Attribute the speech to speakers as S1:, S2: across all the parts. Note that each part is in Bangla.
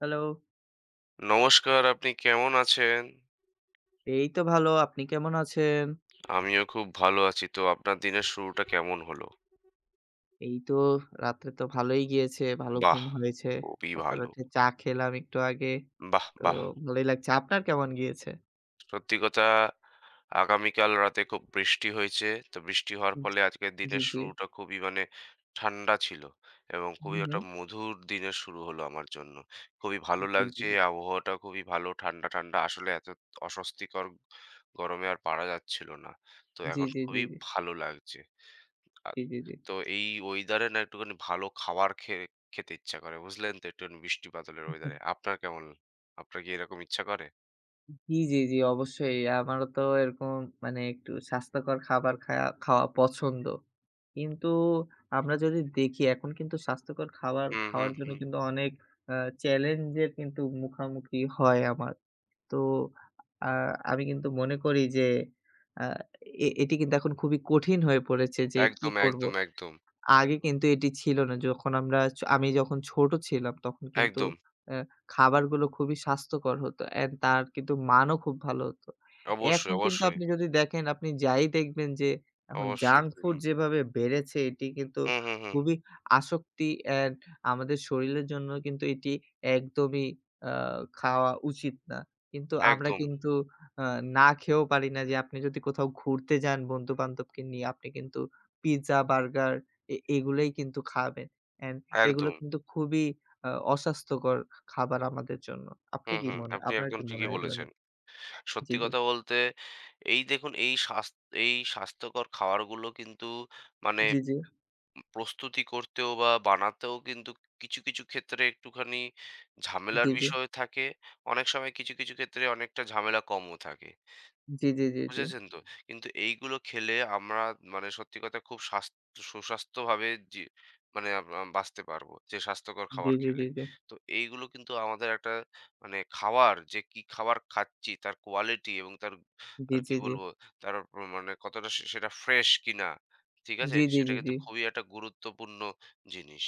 S1: হ্যালো।
S2: নমস্কার, আপনি কেমন আছেন?
S1: এই তো ভালো। আপনি কেমন আছেন?
S2: আমিও খুব ভালো আছি। তো আপনার দিনের শুরুটা কেমন হলো?
S1: এই তো রাত্রে তো ভালোই গিয়েছে। ভালো
S2: বাহ!
S1: ঘুম হয়েছে।
S2: খুবই
S1: সকালে
S2: ভালো।
S1: উঠে চা খেলাম একটু আগে।
S2: বাহ!
S1: তো
S2: বাহ!
S1: ভালোই লাগছে। আপনার কেমন গিয়েছে?
S2: সত্যি কথা আগামীকাল রাতে খুব বৃষ্টি হয়েছে। তো বৃষ্টি হওয়ার ফলে আজকের
S1: জি, জি,
S2: দিনের
S1: জি।
S2: শুরুটা খুবই মানে ঠান্ডা ছিল এবং
S1: হুম,
S2: খুবই একটা
S1: হুম।
S2: মধুর দিনের শুরু হলো আমার জন্য। খুবই ভালো
S1: জি, জি,
S2: লাগছে।
S1: জি।
S2: আবহাওয়াটা খুবই ভালো। ঠান্ডা, ঠান্ডা। আসলে এত অস্বস্তিকর গরমে আর পারা যাচ্ছিল না। তো
S1: জি,
S2: এখন
S1: জি, জি,
S2: খুবই
S1: জি।
S2: ভালো লাগছে। আ
S1: জি, জি,
S2: তো এই ওয়েদারে না একটুখানি ভালো খাবার খেয়ে খেতে ইচ্ছা করে, বুঝলেন তো? একটুখানি বৃষ্টি বাদলের
S1: জি।
S2: ওয়েদারে। আপনার কেমন? আপনার কি এরকম ইচ্ছা করে?
S1: জি, জি, জি, অবশ্যই। আমারও তো এরকম মানে একটু স্বাস্থ্যকর খাবার খাওয়া পছন্দ। কিন্তু আমরা যদি দেখি এখন কিন্তু স্বাস্থ্যকর খাবার
S2: হুম, হুম,
S1: খাওয়ার জন্য
S2: হুম।
S1: কিন্তু অনেক আ চ্যালেঞ্জের কিন্তু মুখামুখি হয় আমার। তো আ আমি কিন্তু মনে করি যে আ এটি কিন্তু এখন খুবই কঠিন হয়ে পড়েছে যে কি
S2: একদম,
S1: করব?
S2: একদম, একদম।
S1: আগে কিন্তু এটি ছিল না। যখন আমরা ছ আমি যখন ছোট ছিলাম তখন কিন্তু
S2: একদম।
S1: অ্যা খাবারগুলো খুবই স্বাস্থ্যকর হতো অ্যান্ড তার কিন্তু মানও খুব ভালো হতো।
S2: অবশ্যই,
S1: এখন কিন্তু
S2: অবশ্যই,
S1: আপনি যদি দেখেন আপনি যাই দেখবেন যে এখন
S2: অবশ্যই।
S1: জাঙ্ক
S2: হুম,
S1: ফুড যেভাবে বেড়েছে এটি কিন্তু
S2: হুম, হুম, হুম।
S1: খুবই আসক্তি অ্যান্ড আমাদের শরীরের জন্য কিন্তু এটি একদমই আ খাওয়া উচিত না। কিন্তু আমরা
S2: একদম,
S1: কিন্তু আ না খেয়েও পারি না যে আপনি যদি কোথাও ঘুরতে যান বন্ধু-বান্ধবকে নিয়ে আপনি কিন্তু পিজ্জা, বার্গার এগুলোই কিন্তু খাবেন। অ্যান্ড এগুলো
S2: একদম।
S1: কিন্তু খুবই অস্বাস্থ্যকর খাবার আমাদের জন্য। আপনি
S2: হুম,
S1: কি
S2: হুম।
S1: মনে
S2: আপনি
S1: আপনার
S2: একদম
S1: কি মনে
S2: ঠিকই
S1: হয় এগুলো
S2: বলেছেন।
S1: নিয়ে? জি,
S2: সত্যি
S1: জি,
S2: কথা বলতে এই দেখুন এই স্বাস্থ্যকর খাবারগুলো কিন্তু মানে
S1: জি, জি,
S2: প্রস্তুতি করতেও বা বানাতেও কিন্তু কিছু ক্ষেত্রে একটুখানি ঝামেলার
S1: জি, জি,
S2: বিষয় থাকে। অনেক সময় কিছু ক্ষেত্রে অনেকটা ঝামেলা কমও থাকে।
S1: জি, জি, জি, জি,
S2: বুঝেছেন তো? কিন্তু এইগুলো খেলে আমরা মানে সত্যি কথা খুব স্বাস্থ সুস্বাস্থ্যভাবে জি মানে আম আম বাঁচতে পারবো যে স্বাস্থ্যকর
S1: জি,
S2: খাবার খেলে।
S1: জি,
S2: তো এইগুলো কিন্তু আমাদের একটা মানে খাওয়ার যে কি খাবার খাচ্ছি তার কোয়ালিটি এবং তার
S1: জি,
S2: আর কি
S1: জি, জি,
S2: বলবো তার মানে কতটা সেটা ফ্রেশ কিনা, ঠিক আছে?
S1: জি, জি,
S2: সেটা
S1: জি,
S2: কিন্তু
S1: জি,
S2: খুবই একটা গুরুত্বপূর্ণ জিনিস।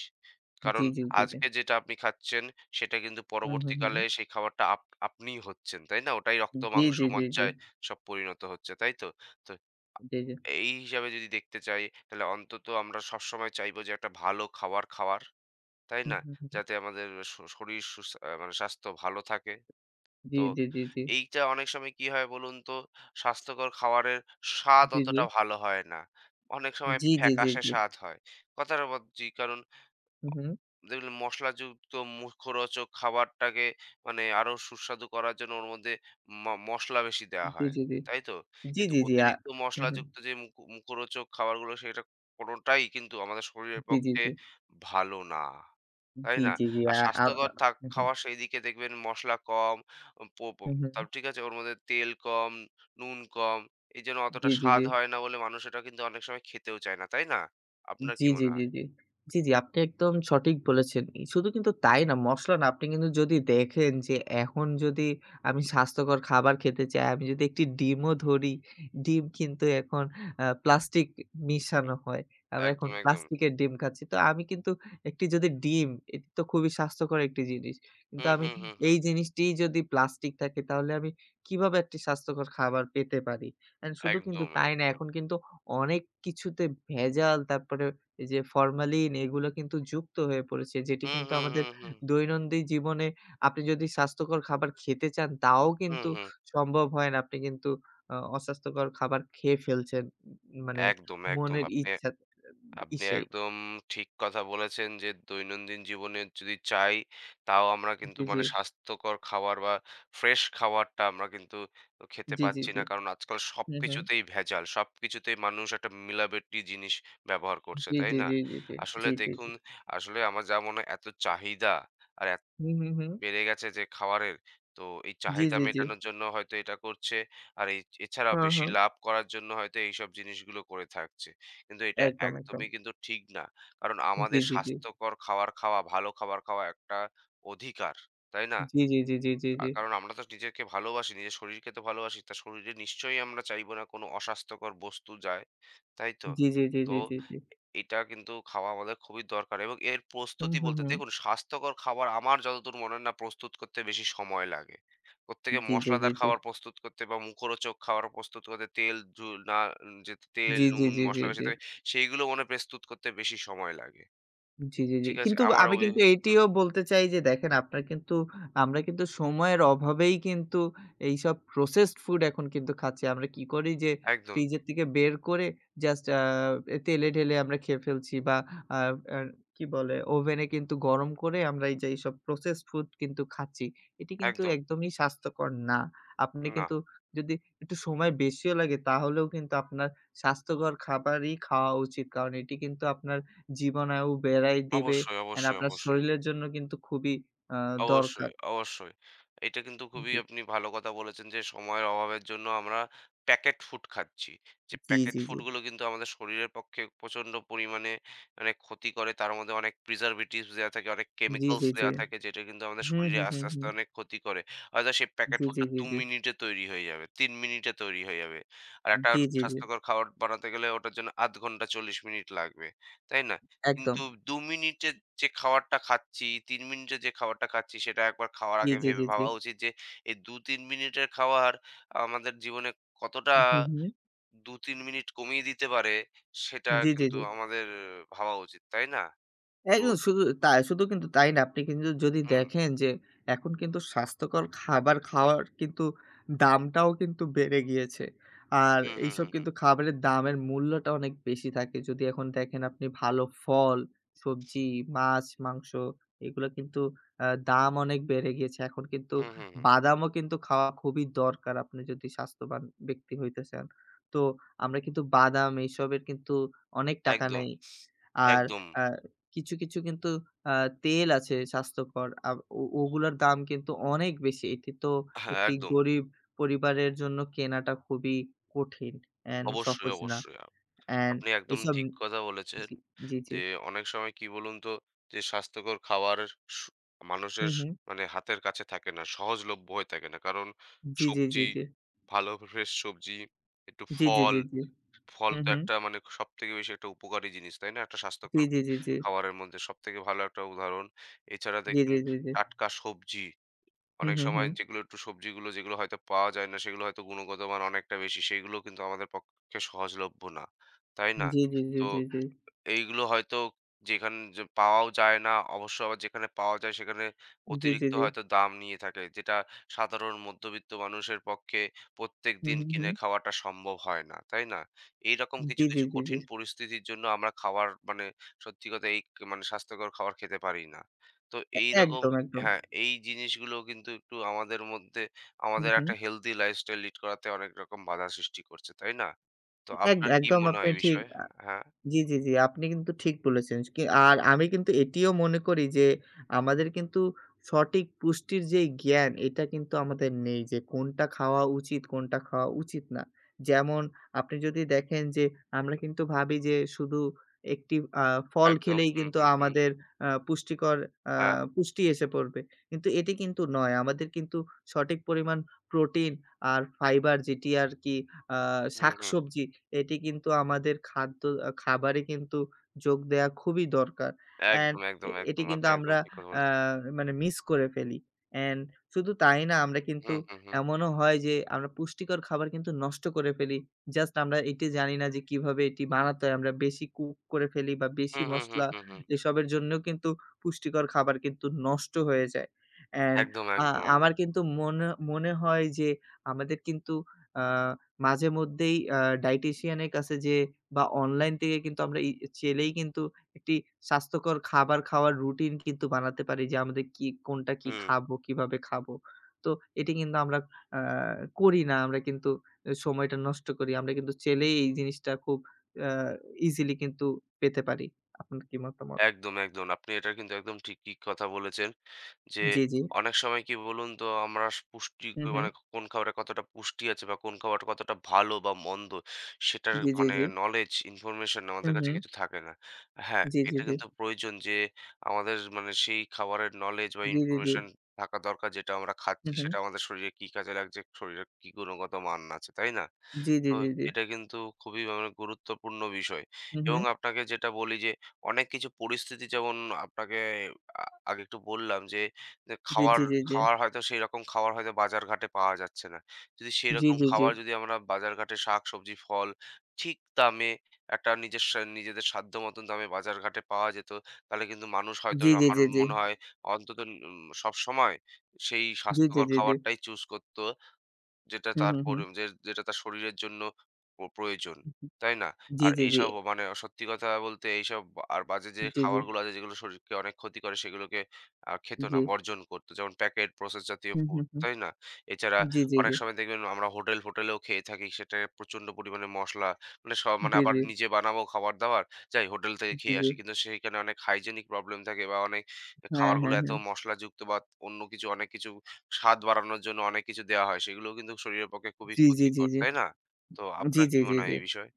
S1: জি,
S2: কারণ
S1: জি, জি, জি, জি,
S2: আজকে যেটা আপনি খাচ্ছেন সেটা কিন্তু
S1: হুম, হুম, হুম,
S2: পরবর্তীকালে সেই খাবারটা আপনিই হচ্ছেন, তাই না? ওটাই রক্ত,
S1: জি,
S2: মাংস,
S1: জি, জি, জি,
S2: মজ্জায় সব পরিণত হচ্ছে, তাই তো? তো
S1: জি, জি,
S2: এই হিসাবে যদি দেখতে চাই, তাহলে অন্তত আমরা সবসময় চাইবো যে একটা ভালো খাবার খাওয়ার, তাই
S1: হুম,
S2: না?
S1: হুম, হুম,
S2: যাতে আমাদের শরীর সুস আ মানে স্বাস্থ্য ভালো থাকে।
S1: জি,
S2: তো
S1: জি, জি, জি,
S2: এইটা অনেক সময় কি হয় বলুন তো? স্বাস্থ্যকর খাবারের স্বাদ
S1: জি, জি,
S2: অতটা ভালো হয় না। অনেক সময়
S1: জি, জি, জি,
S2: ফ্যাকাশে
S1: জি,
S2: স্বাদ হয়। কথাটা বলছি। কারণ
S1: হুম, হুম,
S2: দেখবেন মশলাযুক্ত মুখরোচক খাবারটাকে মানে আরো সুস্বাদু করার জন্য ওর মধ্যে মসলা বেশি দেয়া
S1: জি,
S2: হয়।
S1: জি, জি,
S2: তাই তো?
S1: জি,
S2: কিন্তু
S1: জি, জি,
S2: অতিরিক্ত
S1: হুম, হুম,
S2: মশলাযুক্ত যে মুখরোচক খাবারগুলো সেটা কোনটাই কিন্তু আমাদের শরীরের
S1: জি, জি,
S2: পক্ষে
S1: জি,
S2: ভালো না। তাই
S1: জি,
S2: না?
S1: জি, জি,
S2: আর
S1: আ আ আ
S2: স্বাস্থ্যকর
S1: হুম, হুম,
S2: খাওয়া সেই দিকে দেখবেন মসলা কম, প প
S1: হুম, হুম,
S2: তাও ঠিক আছে ওর মধ্যে তেল কম, নুন কম। এই জন্য অতটা
S1: জি, জি,
S2: স্বাদ
S1: জি।
S2: হয় না বলে মানুষ এটা কিন্তু অনেক সময় খেতেও চায় না। তাই না? আপনার
S1: জি,
S2: কি
S1: জি,
S2: মনে
S1: জি,
S2: হয়?
S1: জি। জি, জি, আপনি একদম সঠিক বলেছেন। শুধু কিন্তু তাই না, মসলা না আপনি কিন্তু যদি দেখেন যে এখন যদি আমি স্বাস্থ্যকর খাবার খেতে চাই, আমি যদি একটি ডিমও ধরি, ডিম কিন্তু এখন প্লাস্টিক মিশানো হয়। আমরা এখন
S2: একদম, একদম।
S1: প্লাস্টিকের ডিম খাচ্ছি। তো আমি কিন্তু একটি যদি ডিম, এটি তো খুবই স্বাস্থ্যকর একটি জিনিস। কিন্তু
S2: হুম,
S1: আমি
S2: হুম, হুম, হুম।
S1: এই জিনিসটিই যদি প্লাস্টিক থাকে তাহলে আমি কিভাবে একটি স্বাস্থ্যকর খাবার পেতে পারি? অ্যান্ড শুধু কিন্তু
S2: একদম,
S1: তাই না,
S2: একদম।
S1: এখন কিন্তু অনেক কিছুতে ভেজাল তারপরে এই যে ফরমালিন এগুলো কিন্তু যুক্ত হয়ে পড়েছে। যেটি
S2: হুম,
S1: কিন্তু
S2: হুম,
S1: আমাদের
S2: হুম, হুম।
S1: দৈনন্দিন জীবনে আপনি যদি স্বাস্থ্যকর খাবার খেতে চান তাও
S2: হুম,
S1: কিন্তু
S2: হুম।
S1: সম্ভব হয় না। আপনি কিন্তু অস্বাস্থ্যকর খাবার খেয়ে ফেলছেন। মানে
S2: একদম, একদম।
S1: মনের
S2: আপনি
S1: ইচ্ছা
S2: আপনি
S1: ইসেই।
S2: একদম ঠিক কথা বলেছেন যে দৈনন্দিন জীবনে যদি চাই তাও আমরা কিন্তু
S1: জি, জি।
S2: মানে স্বাস্থ্যকর খাবার বা ফ্রেশ খাবারটা আমরা কিন্তু খেতে
S1: জি, জি,
S2: পাচ্ছি
S1: জি।
S2: না। কারণ আজকাল
S1: হু, হু।
S2: সবকিছুতেই ভেজাল। সবকিছুতেই মানুষ একটা মিলাবেটি জিনিস ব্যবহার করছে,
S1: জি,
S2: তাই
S1: জি,
S2: না?
S1: জি, জি, জি।
S2: আসলে
S1: জি, জি,
S2: দেখুন,
S1: জি।
S2: আসলে আমার যা মনে হয় এত চাহিদা আর
S1: হু, হু, হু।
S2: বেড়ে গেছে যে খাওয়ারের, তো এই
S1: জি,
S2: চাহিদা
S1: জি, জি।
S2: মেটানোর জন্য হয়তো এটা করছে। আর এই এছাড়াও
S1: হ্যাঁ,
S2: বেশি
S1: হ্যাঁ।
S2: লাভ করার জন্য হয়তো এইসব জিনিসগুলো করে থাকছে। কিন্তু এটা
S1: একদম, একদম।
S2: একদমই কিন্তু ঠিক না। কারণ
S1: জি,
S2: আমাদের
S1: জি, জি।
S2: স্বাস্থ্যকর খাবার খাওয়া, ভালো খাবার খাওয়া একটা অধিকার, তাই না?
S1: জি, জি, জি, জি, জি, জি।
S2: কারণ আমরা তো নিজেকে ভালোবাসি, নিজের শরীরকে তো ভালোবাসি। তা শরীরে নিশ্চয়ই আমরা চাইবো না কোনো অস্বাস্থ্যকর বস্তু যায়। তাই তো?
S1: জি, জি, জি,
S2: তো
S1: জি, জি, জি।
S2: এটা কিন্তু খাওয়া আমাদের খুবই দরকার এবং এর
S1: হু,
S2: প্রস্তুতি
S1: হু,
S2: বলতে
S1: হু।
S2: দেখুন স্বাস্থ্যকর খাবার আমার যতদূর মনে হয় না প্রস্তুত করতে বেশি সময় লাগে। প্রত্যেকে
S1: জি, জি, জি,
S2: মসলাদার
S1: জি।
S2: খাবার প্রস্তুত করতে বা মুখরোচক খাবার প্রস্তুত করতে তেল ঝু না যে তেল,
S1: জি, জি,
S2: নুন,
S1: জি, জি,
S2: মসলা বেশি
S1: জি।
S2: থাকে সেইগুলো মনে হয় প্রস্তুত করতে বেশি সময় লাগে।
S1: জি, জি, জি।
S2: ঠিক আছে?
S1: কিন্তু
S2: আমার
S1: আমি
S2: অভি
S1: কিন্তু
S2: হুম,
S1: এটিও বলতে চাই যে দেখেন আপনার কিন্তু আমরা কিন্তু সময়ের অভাবেই কিন্তু এইসব প্রসেসড ফুড এখন কিন্তু খাচ্ছি। আমরা কি করি যে
S2: একদম,
S1: ফ্রিজের থেকে বের করে জাস্ট তেলে ঢেলে আমরা খেয়ে ফেলছি বা আ আ কি বলে ওভেনে কিন্তু গরম করে আমরা এই যে এইসব প্রসেসড ফুড কিন্তু খাচ্ছি। এটি কিন্তু
S2: একদম।
S1: একদমই স্বাস্থ্যকর না। আপনি
S2: না।
S1: কিন্তু যদি একটু সময় বেশিও লাগে তাহলেও কিন্তু আপনার স্বাস্থ্যকর খাবারই খাওয়া উচিত। কারণ এটি কিন্তু আপনার জীবনায়ু বেড়াই দিবে
S2: অবশ্যই,
S1: অ্যান্ড
S2: অবশ্যই,
S1: আপনার
S2: অবশ্যই।
S1: শরীরের জন্য কিন্তু খুবই আ
S2: অবশ্যই,
S1: দরকার।
S2: অবশ্যই। এটা কিন্তু খুবই
S1: জি,
S2: আপনি ভালো কথা বলেছেন যে সময়ের অভাবের জন্য আমরা প্যাকেট ফুড খাচ্ছি। যে
S1: জি,
S2: প্যাকেট
S1: জি, জি,
S2: ফুডগুলো কিন্তু আমাদের শরীরের পক্ষে প্রচণ্ড পরিমাণে মানে ক্ষতি করে। তার মধ্যে অনেক preservatives দেয়া থাকে, অনেক
S1: জি,
S2: chemicals
S1: জি, জি।
S2: দেয়া থাকে যেটা কিন্তু আমাদের
S1: হুম,
S2: শরীরে
S1: হুম, হুম,
S2: আস্তে, আস্তে
S1: হুম।
S2: অনেক ক্ষতি করে। হয়তো সেই প্যাকেট
S1: জি, জি,
S2: ফুডটা
S1: জি,
S2: ২
S1: জি।
S2: মিনিটে তৈরি হয়ে যাবে, ৩ মিনিটে তৈরি হয়ে যাবে। আর একটা
S1: জি, জি, জি।
S2: স্বাস্থ্যকর খাবার বানাতে গেলে ওটার জন্য ১/২ ঘন্টা ৪০ মিনিট লাগবে। তাই না?
S1: একদম।
S2: কিন্তু ২ মিনিটের যে খাবারটা খাচ্ছি, ৩ মিনিটের যে খাবারটা খাচ্ছি সেটা একবার খাওয়ার
S1: জি,
S2: আগে
S1: জি, জি, জি।
S2: ভাবা উচিত যে এই ২-৩ মিনিটের খাবার আমাদের জীবনে কতটা
S1: হুম, হুম।
S2: ২-৩ মিনিট কমিয়ে দিতে পারে সেটা
S1: জি, জি,
S2: কিন্তু
S1: জি।
S2: আমাদের ভাবা উচিত, তাই না? তো
S1: একদম শুধু কিন্তু তাই না। আপনি কিন্তু যদি
S2: হুম,
S1: দেখেন যে এখন কিন্তু স্বাস্থ্যকর খাবার খাওয়ার কিন্তু দামটাও কিন্তু বেড়ে গিয়েছে। আর
S2: হুম, হুম,
S1: এইসব
S2: হুম, হুম,
S1: কিন্তু খাবারের দামের মূল্যটা অনেক বেশি থাকে। যদি এখন দেখেন আপনি ভালো ফল, সবজি, মাছ, মাংস এগুলো কিন্তু দাম অনেক বেড়ে গিয়েছে। এখন কিন্তু
S2: হুম, হুম, হুম।
S1: বাদামও কিন্তু খাওয়া খুবই দরকার আপনি যদি স্বাস্থ্যবান ব্যক্তি হইতে চান। তো আমরা কিন্তু বাদাম এইসবের কিন্তু অনেক টাকা
S2: একদম,
S1: নেই। আর
S2: একদম।
S1: আ কিছু, কিছু কিন্তু আ তেল আছে স্বাস্থ্যকর। ওগুলোর দাম কিন্তু অনেক বেশি। এটি তো
S2: হ্যাঁ,
S1: একটি
S2: একদম।
S1: গরিব পরিবারের জন্য কেনাটা খুবই কঠিন অ্যান্ড
S2: অবশ্যই,
S1: সহজ না।
S2: অবশ্যই।
S1: অ্যান্ড
S2: আপনি একদম
S1: এইসব
S2: ঠিক কথা বলেছেন
S1: জি, জি, জি।
S2: যে অনেক সময় কি বলুন তো যে স্বাস্থ্যকর খাবার স-
S1: হু,
S2: মানুষের
S1: হু।
S2: মানে হাতের কাছে থাকে না সহজলভ্য হয়ে থাকে না কারণ
S1: জি, জি, জি,
S2: সবজি
S1: জি।
S2: ভালো ফ্রেশ সবজি একটু
S1: জি, জি,
S2: ফল
S1: জি, জি।
S2: ফল
S1: হু,
S2: তো
S1: হু।
S2: একটা মানে সব থেকে বেশি একটা উপকারী জিনিস তাই না একটা
S1: জি,
S2: স্বাস্থ্যকর
S1: জি, জি, জি।
S2: খাবারের মধ্যে সব থেকে ভালো একটা উদাহরণ এছাড়া
S1: জি,
S2: দেখবেন
S1: জি, জি, জি।
S2: টাটকা সবজি
S1: হু,
S2: অনেক
S1: হু, হু।
S2: সময় যেগুলো একটু সবজিগুলো যেগুলো হয়তো পাওয়া যায় না, সেগুলো হয়তো গুণগত মান অনেকটা বেশি। সেইগুলো কিন্তু আমাদের পক্ষে সহজলভ্য না। তাই না?
S1: জি, জি, জি,
S2: তো
S1: জি, জি।
S2: এইগুলো হয়তো যে পাওয়াও যায় না, অবশ্য আবার যেখানে পাওয়া যায় সেখানে
S1: জি, জি,
S2: অতিরিক্ত
S1: জি।
S2: হয়তো দাম নিয়ে থাকে। যেটা সাধারণ মধ্যবিত্ত মানুষের পক্ষে
S1: হু,
S2: প্রত্যেকদিন
S1: হু, হু।
S2: কিনে খাওয়াটা সম্ভব হয় না, তাই না? এইরকম
S1: জি,
S2: কিছু,
S1: জি,
S2: কিছু
S1: জি, জি।
S2: কঠিন পরিস্থিতির জন্য আমরা খাবার মানে সত্যি কথা এই মানে স্বাস্থ্যকর খাবার খেতে পারি না। তো
S1: এ
S2: এইরকম
S1: একদম, একদম।
S2: হ্যাঁ, এই জিনিসগুলো কিন্তু একটু
S1: হু,
S2: আমাদের
S1: হু।
S2: একটা হেলথি লাইফস্টাইল লিড করাতে অনেক রকম বাধা সৃষ্টি করছে, তাই না? তো
S1: এক
S2: আপনার কি
S1: একদম
S2: মনে হয়
S1: আপনি
S2: এই
S1: ঠিক
S2: বিষয়ে? হ্যাঁ।
S1: জি, জি, জি। আপনি কিন্তু ঠিক বলেছেন। কি আর আমি কিন্তু এটিও মনে করি যে আমাদের কিন্তু সঠিক পুষ্টির যে জ্ঞান এটা কিন্তু আমাদের নেই যে কোনটা খাওয়া উচিত, কোনটা খাওয়া উচিত না। যেমন আপনি যদি দেখেন যে আমরা কিন্তু ভাবি যে শুধু একটি আ ফল
S2: একদম।
S1: খেলেই
S2: হুম,
S1: কিন্তু
S2: হুম, হুম।
S1: আমাদের আ পুষ্টিকর আ
S2: হ্যাঁ।
S1: পুষ্টি এসে পড়বে। কিন্তু এটি কিন্তু নয়। আমাদের কিন্তু সঠিক পরিমাণ প্রোটিন আর ফাইবার যেটি আরকি আ
S2: হুম, হুম।
S1: শাকসবজি এটি কিন্তু আমাদের খাদ্য আ খাবারে কিন্তু যোগ দেয়া খুবই দরকার। অ্যান্ড
S2: একদম,
S1: এ
S2: একদম,
S1: এটি
S2: একদম।
S1: কিন্তু
S2: আপনি একদম
S1: আমরা
S2: ঠিক কথা
S1: আ
S2: বলেছেন।
S1: মানে মিস করে ফেলি। অ্যান্ড শুধু তাই না আমরা কিন্তু
S2: হুম, হুম, হুম।
S1: এমনও হয় যে আমরা পুষ্টিকর খাবার কিন্তু নষ্ট করে ফেলি। জাস্ট আমরা এটি জানি না যে কিভাবে এটি বানাতে হয়। আমরা বেশি কুক করে ফেলি বা বেশি
S2: হুম, হুম, হুম,
S1: মসলা
S2: হুম, হুম।
S1: এসবের জন্যও কিন্তু পুষ্টিকর খাবার কিন্তু নষ্ট হয়ে যায়। অ্যান্ড
S2: একদম,
S1: আ
S2: একদম, একদম।
S1: আমার কিন্তু মনে মনে হয় যে আমাদের কিন্তু আ মাঝে মধ্যেই ডায়েটিশিয়ান এর কাছে যেয়ে বা অনলাইন থেকে কিন্তু আমরা চাইলেই কিন্তু একটি স্বাস্থ্যকর খাবার খাওয়ার রুটিন কিন্তু বানাতে পারি যে আমাদের কি কোনটা কি
S2: হুম।
S1: খাবো, কিভাবে খাবো। তো এটি কিন্তু আমরা আ করি না। আমরা কিন্তু এ সময়টা নষ্ট করি। আমরা কিন্তু চাইলেই এই জিনিসটা খুব আ ইজিলি কিন্তু পেতে পারি। আপনার কি মতামত?
S2: একদম, একদম। আপনি এটা কিন্তু একদম ঠিকই কথা বলেছেন। যে
S1: জি, জি।
S2: অনেক সময় কি বলুন তো আমরা পুষ্টি
S1: হু, হু।
S2: মানে কোন খাবারে কতটা পুষ্টি আছে বা কোন খাবার কতটা ভালো বা মন্দ সেটার
S1: জি, জি,
S2: মানে
S1: জি।
S2: নলেজ ইনফরমেশন
S1: হু,
S2: আমাদের কাছে
S1: হু।
S2: কিছু থাকে না। হ্যাঁ,
S1: জি, জি,
S2: এটা
S1: জি।
S2: কিন্তু প্রয়োজন যে আমাদের মানে সেই খাবারের নলেজ বা
S1: জি, জি, জি।
S2: ইনফরমেশন থাকা দরকার যেটা আমরা
S1: হু,
S2: খাচ্ছি
S1: হু।
S2: সেটা আমাদের শরীরে কি কাজে লাগছে, শরীরের কি গুণগত মান আছে, তাই না?
S1: জি, জি,
S2: তো
S1: জি, জি।
S2: এটা কিন্তু খুবই মানে গুরুত্বপূর্ণ বিষয়।
S1: হু, হু।
S2: এবং আপনাকে যেটা বলি যে অনেক কিছু পরিস্থিতি যেমন আপনাকে আ আগে একটু বললাম যে, যে
S1: জি,
S2: খাওয়ার
S1: জি, জি, জি।
S2: খাওয়ার হয়তো সেইরকম খাবার হয়তো বাজারঘাটে পাওয়া যাচ্ছে না। যদি
S1: জি,
S2: সেইরকম
S1: জি, জি।
S2: খাবার যদি আমরা বাজারঘাটে শাকসবজি, ফল ঠিক দামে একটা নিজের সা নিজেদের সাধ্য মতন দামে বাজারঘাটে পাওয়া যেত, তাহলে কিন্তু মানুষ হয়তো
S1: জি, জি,
S2: আমার
S1: জি, জি।
S2: মনে হয় অন্তত সবসময় সেই
S1: জি, জি,
S2: স্বাস্থ্যকর
S1: জি, জি।
S2: খাবারটাই চুজ করতো। যেটা
S1: হুম,
S2: তার
S1: হুম,
S2: পরি
S1: হুম।
S2: যে যেটা তার শরীরের জন্য প্রয়োজন। তাই না?
S1: জি,
S2: আর
S1: জি, জি।
S2: এইসব মানে সত্যি কথা বলতে এইসব বা- আর বাজে যে
S1: জি, জি,
S2: খাবারগুলো আছে যেগুলো শরীরকে অনেক ক্ষতি করে সেগুলোকে খেত না,
S1: জি।
S2: বর্জন করত। যেমন প্যাকেট প্রসেস জাতীয়
S1: হুম,
S2: ফুড,
S1: হুম, হুম।
S2: তাই না? এছাড়া
S1: জি, জি,
S2: অনেক
S1: জি।
S2: সময় দেখবেন আমরা হোটেল-ফোটেলেও খেয়ে থাকি। সেটায় প্রচণ্ড পরিমাণে মসলা মানে সব মানে
S1: জি,
S2: আবার
S1: জি,
S2: নিজে বানাবো খাবার-দাবার। যাই হোটেল থেকে
S1: জি,
S2: খেয়ে
S1: জি।
S2: আসি। কিন্তু সেইখানে অনেক হাইজেনিক প্রবলেম থাকে বা অনেক
S1: হ্যাঁ,
S2: খাবারগুলো
S1: হ্যাঁ,
S2: এত
S1: হ্যাঁ।
S2: মসলাযুক্ত বা অন্য কিছু অনেক কিছু স্বাদ বাড়ানোর জন্য অনেক কিছু দেওয়া হয়। সেগুলোও কিন্তু শরীরের পক্ষে খুবই
S1: জি, জি, জি,
S2: ক্ষতিকর,
S1: জি।
S2: তাই না? তো
S1: জি,
S2: আপনার কি
S1: জি, জি,
S2: মনে হয়
S1: জি।
S2: এই বিষয়ে?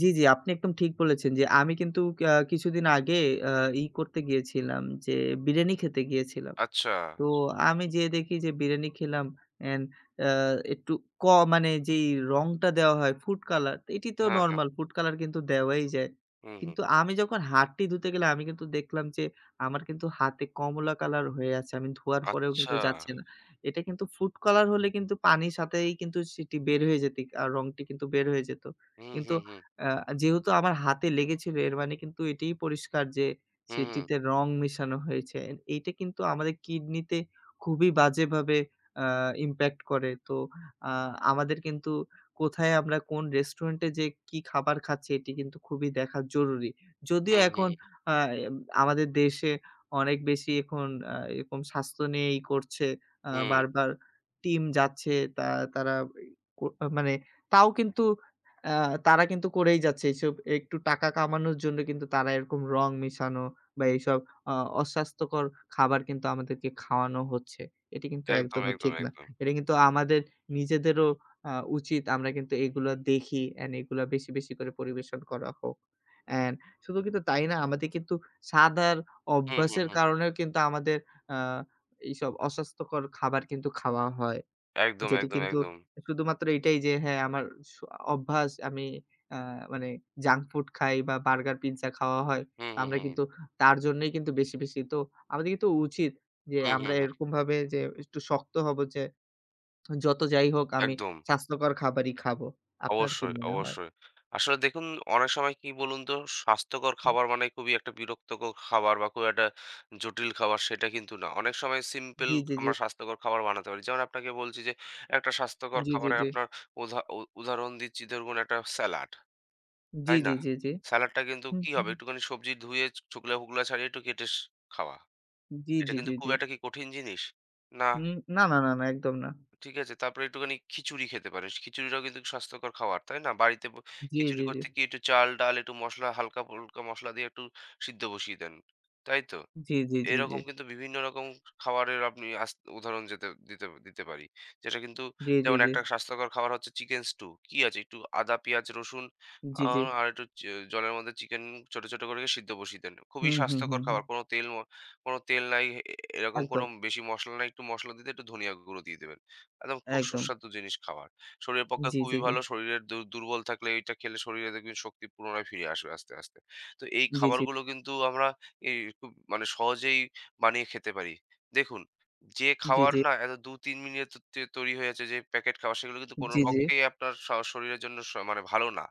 S1: জি, জি, আপনি একদম ঠিক বলেছেন যে আমি কিন্তু কিছুদিন আগে আ করতে গিয়েছিলাম যে বিরিয়ানি খেতে গিয়েছিলাম।
S2: আচ্ছা।
S1: তো আমি যেয়ে দেখি যে বিরিয়ানি খেলাম অ্যান্ড আ একটু ক মানে যেই রংটা দেওয়া হয় ফুড কালার এটি তো
S2: হ্যাঁ, হ্যাঁ।
S1: নরমাল ফুড কালার কিন্তু দেওয়াই যায়।
S2: হুম, হুম।
S1: কিন্তু আমি যখন হাতটি ধুতে গেলাম আমি কিন্তু দেখলাম যে আমার কিন্তু হাতে কমলা কালার হয়ে আছে। আমি ধোয়ার পরেও কিন্তু
S2: আচ্ছা।
S1: যাচ্ছে না। এটা কিন্তু ফুড কালার হলে কিন্তু পানির সাথেই কিন্তু সেটি বের হয়ে যেত আর রংটি কিন্তু বের হয়ে যেত।
S2: হুম,
S1: কিন্তু
S2: হুম, হুম।
S1: আ যেহেতু আমার হাতে লেগেছিল এর মানে কিন্তু এটিই পরিষ্কার যে
S2: হুম,
S1: সেটিতে রং মেশানো হয়েছে। এইটা কিন্তু আমাদের কিডনিতে খুবই বাজেভাবে আ ইমপ্যাক্ট করে। তো আ আমাদের কিন্তু কোথায় আমরা কোন রেস্টুরেন্টে যেয়ে কি খাবার খাচ্ছি এটি কিন্তু খুবই দেখা জরুরি। যদিও
S2: হুম, হুম,
S1: এখন আ এম আমাদের দেশে অনেক বেশি এখন এরকম স্বাস্থ্য নিয়ে করছে।
S2: হুম।
S1: বারবার টিম যাচ্ছে তা তারা এই কো মানে তাও কিন্তু আ তারা কিন্তু করেই যাচ্ছে। এসব একটু টাকা কামানোর জন্য কিন্তু তারা এরকম রং মেশানো বা এইসব অ অস্বাস্থ্যকর খাবার কিন্তু আমাদেরকে খাওয়ানো হচ্ছে। এটি কিন্তু
S2: একদম,
S1: একদমই
S2: একদম,
S1: ঠিক না।
S2: একদম।
S1: এটা কিন্তু আমাদের নিজেদেরও আ উচিত আমরা কিন্তু এগুলা দেখি অ্যান্ড এগুলা বেশি, বেশি করে পরিবেশন করা হোক। অ্যান্ড শুধু কিন্তু তাই না আমাদের কিন্তু সাদার
S2: হুম, হুম,
S1: অভ্যাসের
S2: হুম।
S1: কারণেও কিন্তু আমাদের আ এইসব অস্বাস্থ্যকর খাবার কিন্তু খাওয়া হয়।
S2: একদম,
S1: যেটি
S2: একদম,
S1: কিন্তু
S2: একদম।
S1: শুধুমাত্র এটাই যে হ্যাঁ, আমার স অভ্যাস আমি আ মানে জাঙ্ক ফুড খাই বা বার্গার, পিজ্জা খাওয়া হয়।
S2: হুম,
S1: তো
S2: হুম,
S1: আমরা
S2: হুম।
S1: কিন্তু তার জন্যই কিন্তু বেশি, বেশি। তো আমাদের কিন্তু উচিত যে
S2: হুম,
S1: আমরা
S2: হুম, হুম।
S1: এরকমভাবে যে একটু শক্ত হব যে যত যাই হোক আমি
S2: একদম।
S1: স্বাস্থ্যকর খাবারই খাবো। আপনার কি
S2: অবশ্যই,
S1: মনে হয়?
S2: অবশ্যই। আসলে দেখুন অনেক সময় কি বলুন তো, স্বাস্থ্যকর খাবার মানে খুবই একটা বিরক্তকর খাবার বা খুব একটা জটিল খাবার সেটা কিন্তু না। অনেক সময় সিম্পল
S1: জি, জি, জি।
S2: আমরা স্বাস্থ্যকর খাবার বানাতে পারি। যেমন আপনাকে বলছি যে একটা স্বাস্থ্যকর
S1: জি, জি,
S2: খাবারে
S1: জি।
S2: আপনার উদাহরণ দিচ্ছি ধরুন একটা স্যালাড,
S1: জি,
S2: তাই
S1: জি,
S2: না?
S1: জি, জি।
S2: স্যালাডটা কিন্তু
S1: হুম,
S2: কি হবে
S1: হুম।
S2: একটুখানি সবজি ধুয়ে চোকলা-ফোকলা ছাড়িয়ে একটু কেটে খাওয়া।
S1: হুম। জি,
S2: এটা
S1: জি,
S2: কিন্তু
S1: জি,
S2: খুব
S1: জি।
S2: একটা কি কঠিন জিনিস? না।
S1: হুম, না, না, না, না একদম না।
S2: ঠিক আছে? তারপরে একটুখানি খিচুড়ি খেতে পারিস। খিচুড়িটাও কিন্তু স্বাস্থ্যকর খাবার, তাই না? বাড়িতে ব
S1: জি,
S2: খিচুড়ি
S1: জি, জি।
S2: করতে কি একটু চাল, ডাল, একটু মসলা হালকা-ফুলকা মসলা দিয়ে একটু সিদ্ধ বসিয়ে দেন। তাই তো?
S1: জি, জি, জি, জি।
S2: এরকম কিন্তু বিভিন্ন রকম খাবারের আপনি আস উদাহরণ যেতে দিতে দিতে পারি। যেটা কিন্তু
S1: জি, জি,
S2: যেমন
S1: জি।
S2: একটা স্বাস্থ্যকর খাবার হচ্ছে চিকেন স্টু। কি আছে? একটু আদা, পেঁয়াজ, রসুন
S1: জি,
S2: আ
S1: জি।
S2: আর একটু জলের মধ্যে চিকেন ছোট করে সিদ্ধ বসিয়ে দেন। খুবই
S1: হুম, হুম, হুম,
S2: স্বাস্থ্যকর
S1: হুম।
S2: খাবার। কোনো তেল নাই। এরকম কোনো
S1: একদম,
S2: বেশি মসলা নাই। একটু মসলা দিতে একটু ধনিয়া গুঁড়ো দিয়ে দেবেন। একদম খুব
S1: একদম।
S2: সুস্বাদু জিনিস খাবার। শরীরের পক্ষে
S1: জি,
S2: খুবই
S1: জি, জি।
S2: ভালো। শরীরের দুর্বল থাকলে এইটা খেলে শরীরে দেখবেন শক্তি পুনরায় ফিরে আসবে আস্তে, আস্তে। তো এই
S1: জি, জি,
S2: খাবারগুলো কিন্তু আমরা এই খুব মানে সহজেই বানিয়ে খেতে পারি। দেখুন, যে
S1: জি,
S2: খাওয়ার
S1: জি,
S2: না এত ২-৩ মিনিটে তৈরি হয়ে যাচ্ছে যে প্যাকেট খাওয়ার সেগুলো কিন্তু কোনো
S1: জি, জি।
S2: পক্ষেই আপনার শরীরের জন্য মানে ভালো না।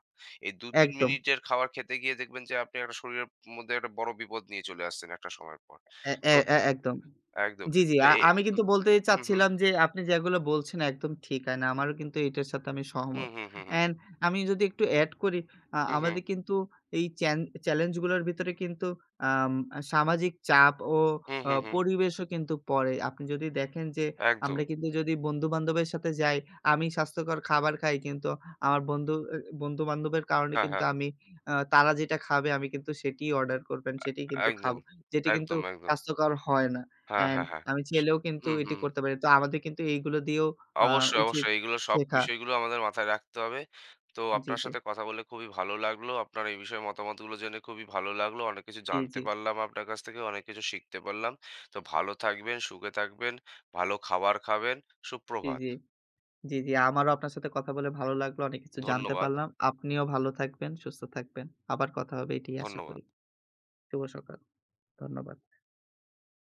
S2: এই ২-৩
S1: একদম।
S2: মিনিটের খাবার খেতে গিয়ে দেখবেন যে আপনি একটা শরীরের মধ্যে একটা বড় বিপদ নিয়ে চলে আসছেন একটা সময়ের পর।
S1: এ এ
S2: তো
S1: এ একদম।
S2: একদম।
S1: জি, জি।
S2: তো এ
S1: আমি কিন্তু বলতে
S2: হুম, হুম,
S1: চাচ্ছিলাম যে আপনি যেগুলো বলছেন একদম ঠিক। অ্যান্ড আমারও কিন্তু এটার সাথে আমি
S2: হুম,
S1: সহমত।
S2: হুম, হুম, হুম,
S1: অ্যান্ড আমি যদি একটু এড করি,
S2: হুম, হুম,
S1: আমাদের কিন্তু এই চ্যালেঞ্জগুলোর ভিতরে কিন্তু আম সামাজিক চাপ ও
S2: হুম, হুম, হুম,
S1: পরিবেশও কিন্তু পড়ে। আপনি যদি দেখেন যে
S2: একদম।
S1: আমরা কিন্তু যদি বন্ধু-বান্ধবের সাথে যাই, আমি স্বাস্থ্যকর খাবার খাই কিন্তু আমার বন্ধু-বান্ধবের কারণে
S2: হ্যাঁ,
S1: কিন্তু
S2: হ্যাঁ,
S1: আমি তারা যেটা খাবে আমি কিন্তু সেটিই অর্ডার করবেন সেটিই কিন্তু
S2: একদম,
S1: খাবো। যেটি কিন্তু
S2: একদম, একদম।
S1: স্বাস্থ্যকর হয় না।
S2: হ্যাঁ,
S1: অ্যান্ড
S2: হ্যাঁ, হ্যাঁ।
S1: আমি চাইলেও কিন্তু
S2: হুম,
S1: এটি
S2: হুম।
S1: করতে পারি। তো আমাদের কিন্তু এইগুলো দিয়েও আ
S2: অবশ্যই,
S1: উচিত
S2: অবশ্যই। এইগুলো সব
S1: শেখা।
S2: বিষয়গুলো আমাদের মাথায় রাখতে হবে। তো
S1: জি,
S2: আপনার
S1: জি।
S2: সাথে কথা বলে খুবই ভালো লাগলো। আপনার এই বিষয়ে মতামতগুলো জেনে খুবই ভালো লাগলো। অনেক কিছু
S1: জি,
S2: জানতে
S1: জি।
S2: পারলাম আপনার কাছ থেকে, অনেক কিছু শিখতে পারলাম। তো ভালো থাকবেন, সুখে থাকবেন, ভালো খাবার খাবেন।
S1: জি,
S2: সুপ্রভাত।
S1: জি। জি, জি। আমারও আপনার সাথে কথা বলে ভালো লাগলো। অনেক কিছু জানতে
S2: ধন্যবাদ,
S1: পারলাম। আপনিও ভালো থাকবেন, সুস্থ থাকবেন। আবার কথা হবে এটি আশা
S2: ধন্যবাদ।
S1: করি। শুভ সকাল। ধন্যবাদ।